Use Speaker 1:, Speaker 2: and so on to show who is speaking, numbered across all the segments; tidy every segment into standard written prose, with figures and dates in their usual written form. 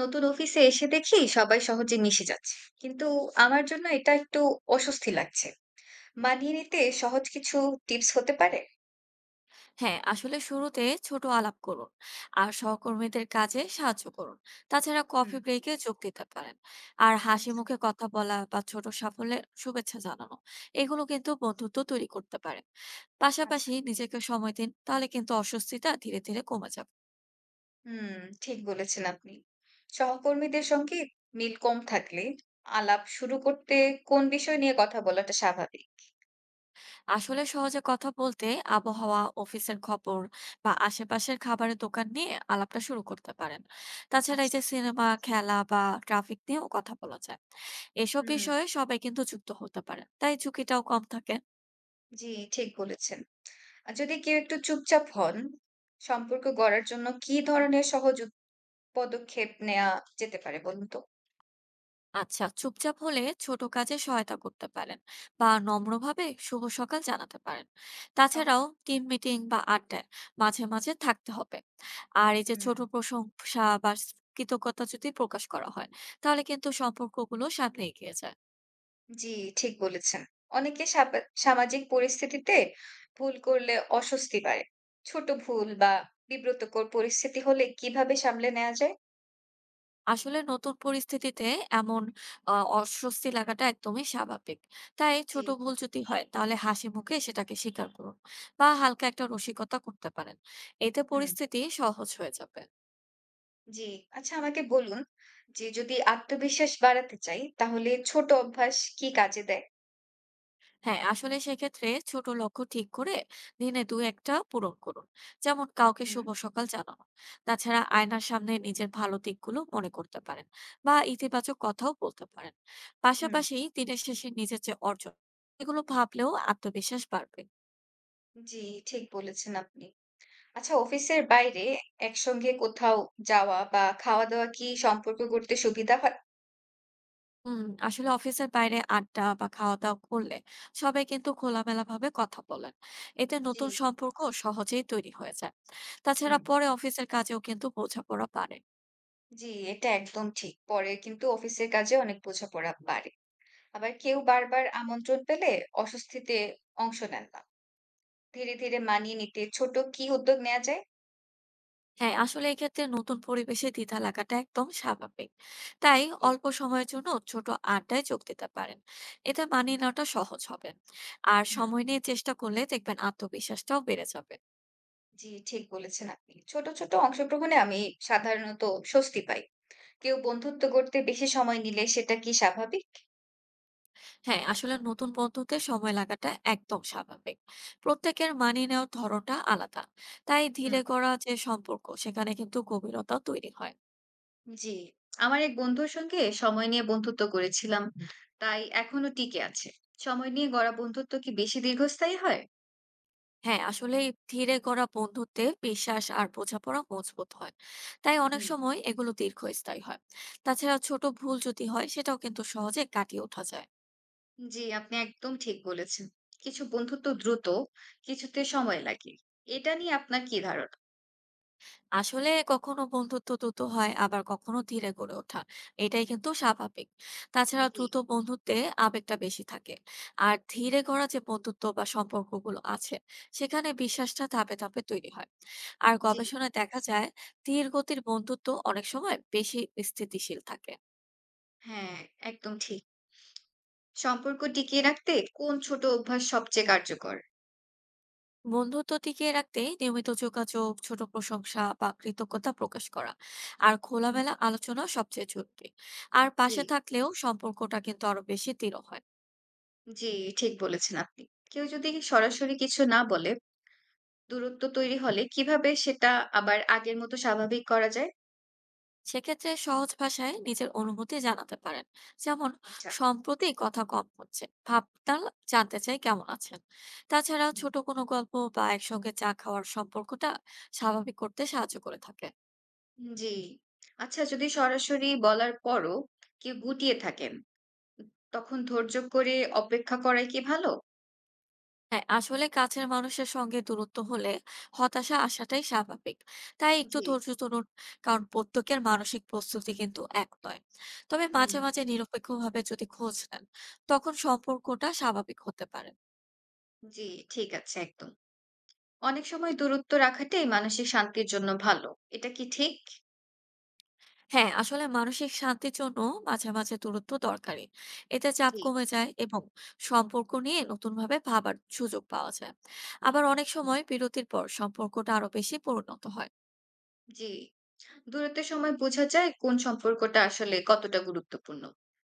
Speaker 1: নতুন অফিসে এসে দেখি সবাই সহজে মিশে যাচ্ছে, কিন্তু আমার জন্য এটা একটু অস্বস্তি লাগছে। মানিয়ে নিতে সহজ কিছু টিপস হতে পারে?
Speaker 2: হ্যাঁ, আসলে শুরুতে ছোট আলাপ করুন। আর সহকর্মীদের কাজে সাহায্য করুন। তাছাড়া
Speaker 1: হুম।
Speaker 2: কফি ব্রেকে যোগ দিতে পারেন। আর হাসি
Speaker 1: আচ্ছা।
Speaker 2: মুখে কথা বলা বা ছোট সাফল্যের শুভেচ্ছা জানানো, এগুলো কিন্তু বন্ধুত্ব তৈরি করতে পারে।
Speaker 1: আচ্ছা,
Speaker 2: পাশাপাশি নিজেকে সময় দিন, তাহলে কিন্তু অস্বস্তিটা ধীরে ধীরে কমে যাবে।
Speaker 1: হুম, ঠিক বলেছেন আপনি। সহকর্মীদের সঙ্গে মিল কম থাকলে আলাপ শুরু করতে কোন বিষয় নিয়ে কথা বলাটা স্বাভাবিক?
Speaker 2: আসলে সহজে কথা বলতে আবহাওয়া, অফিসের খবর বা আশেপাশের খাবারের দোকান নিয়ে আলাপটা শুরু করতে পারেন। তাছাড়া এই যে
Speaker 1: আচ্ছা।
Speaker 2: সিনেমা, খেলা বা ট্রাফিক নিয়েও কথা বলা যায়। এসব
Speaker 1: হুম,
Speaker 2: বিষয়ে সবাই কিন্তু যুক্ত হতে পারে, তাই ঝুঁকিটাও কম থাকে।
Speaker 1: জি, ঠিক বলেছেন। আর যদি কেউ একটু চুপচাপ হন, সম্পর্ক গড়ার জন্য কি ধরনের সহজ পদক্ষেপ নেওয়া যেতে পারে বলুন তো?
Speaker 2: আচ্ছা, চুপচাপ হলে ছোট কাজে সহায়তা করতে পারেন বা
Speaker 1: হুম,
Speaker 2: নম্রভাবে শুভ সকাল জানাতে পারেন। তাছাড়াও
Speaker 1: ওকে,
Speaker 2: টিম মিটিং বা আড্ডায় মাঝে মাঝে থাকতে হবে। আর এই যে
Speaker 1: হুম,
Speaker 2: ছোট প্রশংসা বা কৃতজ্ঞতা যদি প্রকাশ করা হয়, তাহলে কিন্তু সম্পর্কগুলো সামনে এগিয়ে যায়।
Speaker 1: জি, ঠিক বলেছেন। অনেকে সামাজিক পরিস্থিতিতে ভুল করলে অস্বস্তি বাড়ে। ছোট ভুল বা বিব্রতকর পরিস্থিতি হলে কিভাবে সামলে নেওয়া যায়?
Speaker 2: আসলে নতুন পরিস্থিতিতে এমন অস্বস্তি লাগাটা একদমই স্বাভাবিক। তাই
Speaker 1: জি,
Speaker 2: ছোট ভুল যদি হয়, তাহলে হাসি মুখে সেটাকে স্বীকার করুন বা হালকা একটা রসিকতা করতে পারেন। এতে
Speaker 1: হুম,
Speaker 2: পরিস্থিতি সহজ হয়ে যাবে।
Speaker 1: জি। আচ্ছা আমাকে বলুন, যে যদি আত্মবিশ্বাস বাড়াতে চাই তাহলে ছোট অভ্যাস কি কাজে দেয়?
Speaker 2: হ্যাঁ, আসলে সেক্ষেত্রে ছোট লক্ষ্য ঠিক করে দিনে দু একটা পূরণ করুন। যেমন কাউকে
Speaker 1: হুম,
Speaker 2: শুভ সকাল জানানো। তাছাড়া
Speaker 1: ওকে,
Speaker 2: আয়নার সামনে নিজের ভালো দিকগুলো মনে করতে পারেন বা ইতিবাচক কথাও বলতে পারেন।
Speaker 1: হুম,
Speaker 2: পাশাপাশি দিনের শেষে নিজের যে অর্জন, এগুলো ভাবলেও আত্মবিশ্বাস বাড়বে।
Speaker 1: জি, ঠিক বলেছেন আপনি। আচ্ছা, অফিসের বাইরে একসঙ্গে কোথাও যাওয়া বা খাওয়া-দাওয়া কি সম্পর্ক গড়তে সুবিধা হয়?
Speaker 2: হুম। আসলে অফিসের বাইরে আড্ডা বা খাওয়া দাওয়া করলে সবাই কিন্তু খোলামেলা ভাবে কথা বলেন। এতে
Speaker 1: জি,
Speaker 2: নতুন সম্পর্ক সহজেই তৈরি হয়ে যায়। তাছাড়া
Speaker 1: হুম।
Speaker 2: পরে অফিসের কাজেও কিন্তু বোঝাপড়া বাড়ে।
Speaker 1: জি, এটা একদম ঠিক। পরে কিন্তু অফিসের কাজে অনেক বোঝাপড়া বাড়ে। আবার কেউ বারবার আমন্ত্রণ পেলে অস্বস্তিতে অংশ নেন না। ধীরে, ধীরে মানিয়ে নিতে ছোট কি উদ্যোগ নেওয়া যায়?
Speaker 2: হ্যাঁ, আসলে এক্ষেত্রে নতুন পরিবেশে দ্বিধা লাগাটা একদম স্বাভাবিক। তাই
Speaker 1: জি,
Speaker 2: অল্প সময়ের জন্য ছোট আড্ডায় যোগ দিতে পারেন। এতে মানিয়ে নেওয়াটা সহজ হবে। আর
Speaker 1: হুম,
Speaker 2: সময় নিয়ে চেষ্টা করলে দেখবেন আত্মবিশ্বাসটাও বেড়ে যাবে।
Speaker 1: জি, ঠিক বলেছেন আপনি। ছোট, ছোট অংশগ্রহণে আমি সাধারণত স্বস্তি পাই। কেউ বন্ধুত্ব গড়তে বেশি সময় নিলে সেটা কি স্বাভাবিক?
Speaker 2: হ্যাঁ, আসলে নতুন বন্ধুতে সময় লাগাটা একদম স্বাভাবিক। প্রত্যেকের মানিয়ে নেওয়ার ধরনটা আলাদা। তাই ধীরে
Speaker 1: হুম,
Speaker 2: গড়া যে সম্পর্ক সেখানে কিন্তু গভীরতা তৈরি হয়।
Speaker 1: জি, আমার এক বন্ধুর সঙ্গে সময় নিয়ে বন্ধুত্ব করেছিলাম, তাই এখনো টিকে আছে। সময় নিয়ে গড়া বন্ধুত্ব কি বেশি দীর্ঘস্থায়ী হয়?
Speaker 2: হ্যাঁ, আসলে ধীরে গড়া বন্ধুত্বে বিশ্বাস আর বোঝাপড়া মজবুত হয়। তাই অনেক
Speaker 1: হুম।
Speaker 2: সময় এগুলো দীর্ঘস্থায়ী হয়। তাছাড়া ছোট ভুল যদি হয় সেটাও কিন্তু সহজে কাটিয়ে ওঠা যায়।
Speaker 1: জি, আপনি একদম ঠিক বলেছেন। কিছু বন্ধুত্ব দ্রুত, কিছুতে সময় লাগে। এটা নিয়ে আপনার কি ধারণা?
Speaker 2: আসলে কখনো বন্ধুত্ব দ্রুত হয় আবার কখনো ধীরে গড়ে ওঠা। এটাই কিন্তু স্বাভাবিক। তাছাড়া
Speaker 1: জি,
Speaker 2: দ্রুত বন্ধুত্বে আবেগটা বেশি থাকে। আর ধীরে গড়া যে বন্ধুত্ব বা সম্পর্কগুলো আছে সেখানে বিশ্বাসটা ধাপে ধাপে তৈরি হয়। আর
Speaker 1: জি,
Speaker 2: গবেষণায় দেখা যায় ধীর গতির বন্ধুত্ব অনেক সময় বেশি স্থিতিশীল থাকে।
Speaker 1: হ্যাঁ, একদম ঠিক। সম্পর্ক টিকিয়ে রাখতে কোন ছোট অভ্যাস সবচেয়ে কার্যকর?
Speaker 2: বন্ধুত্ব টিকিয়ে রাখতে নিয়মিত যোগাযোগ, ছোট প্রশংসা বা কৃতজ্ঞতা প্রকাশ করা আর
Speaker 1: হুম,
Speaker 2: খোলামেলা আলোচনা সবচেয়ে জরুরি। আর
Speaker 1: জি,
Speaker 2: পাশে থাকলেও সম্পর্কটা কিন্তু আরো বেশি দৃঢ় হয়।
Speaker 1: জি, ঠিক বলেছেন আপনি। কেউ যদি সরাসরি কিছু না বলে, দূরত্ব তৈরি হলে কিভাবে সেটা আবার আগের মতো স্বাভাবিক করা যায়?
Speaker 2: সেক্ষেত্রে সহজ ভাষায় নিজের অনুভূতি জানাতে পারেন। যেমন
Speaker 1: আচ্ছা,
Speaker 2: সম্প্রতি কথা কম হচ্ছে ভাবটা, জানতে চাই কেমন আছেন। তাছাড়া
Speaker 1: হুম,
Speaker 2: ছোট কোনো গল্প বা একসঙ্গে চা খাওয়ার সম্পর্কটা স্বাভাবিক করতে সাহায্য করে থাকে।
Speaker 1: জি। আচ্ছা, যদি সরাসরি বলার পরও কেউ গুটিয়ে থাকেন, তখন ধৈর্য করে অপেক্ষা করাই কি ভালো?
Speaker 2: হ্যাঁ, আসলে কাছের মানুষের সঙ্গে দূরত্ব হলে হতাশা আসাটাই স্বাভাবিক। তাই একটু
Speaker 1: জি,
Speaker 2: ধৈর্য ধরুন। কারণ প্রত্যেকের মানসিক প্রস্তুতি কিন্তু এক নয়। তবে মাঝে
Speaker 1: হুম,
Speaker 2: মাঝে নিরপেক্ষভাবে যদি খোঁজ নেন, তখন সম্পর্কটা স্বাভাবিক হতে পারে।
Speaker 1: জি, ঠিক আছে একদম। অনেক সময় দূরত্ব রাখাটাই মানসিক শান্তির জন্য ভালো। এটা কি ঠিক?
Speaker 2: হ্যাঁ, আসলে মানসিক শান্তির জন্য মাঝে মাঝে দূরত্ব দরকারি। এতে চাপ
Speaker 1: জি।
Speaker 2: কমে যায় এবং সম্পর্ক নিয়ে নতুনভাবে ভাবার সুযোগ পাওয়া যায়। আবার অনেক সময় বিরতির পর সম্পর্কটা আরো বেশি পরিণত হয়।
Speaker 1: জি। দূরত্বের সময় বোঝা যায় কোন সম্পর্কটা আসলে কতটা গুরুত্বপূর্ণ।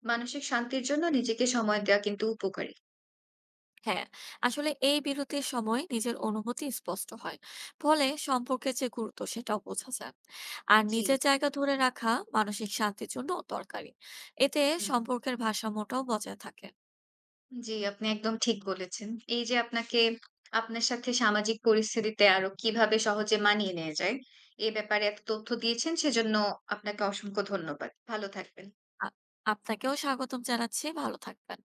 Speaker 1: মানসিক শান্তির জন্য নিজেকে সময় দেওয়া কিন্তু উপকারী।
Speaker 2: হ্যাঁ, আসলে এই বিরতির সময় নিজের অনুভূতি স্পষ্ট হয়, ফলে সম্পর্কের যে গুরুত্ব সেটাও বোঝা যায়। আর
Speaker 1: জি,
Speaker 2: নিজের জায়গা ধরে রাখা মানসিক শান্তির জন্য দরকারি। এতে
Speaker 1: হুম।
Speaker 2: সম্পর্কের ভারসাম্যটাও বজায় থাকে।
Speaker 1: জি, আপনি একদম ঠিক বলেছেন। এই যে আপনাকে, আপনার সাথে সামাজিক পরিস্থিতিতে আরো কিভাবে সহজে মানিয়ে নেয়া যায়, এ ব্যাপারে এত তথ্য দিয়েছেন সেজন্য আপনাকে অসংখ্য ধন্যবাদ। ভালো থাকবেন।
Speaker 2: আ- আপনাকেও স্বাগতম জানাচ্ছি, ভালো থাকবেন।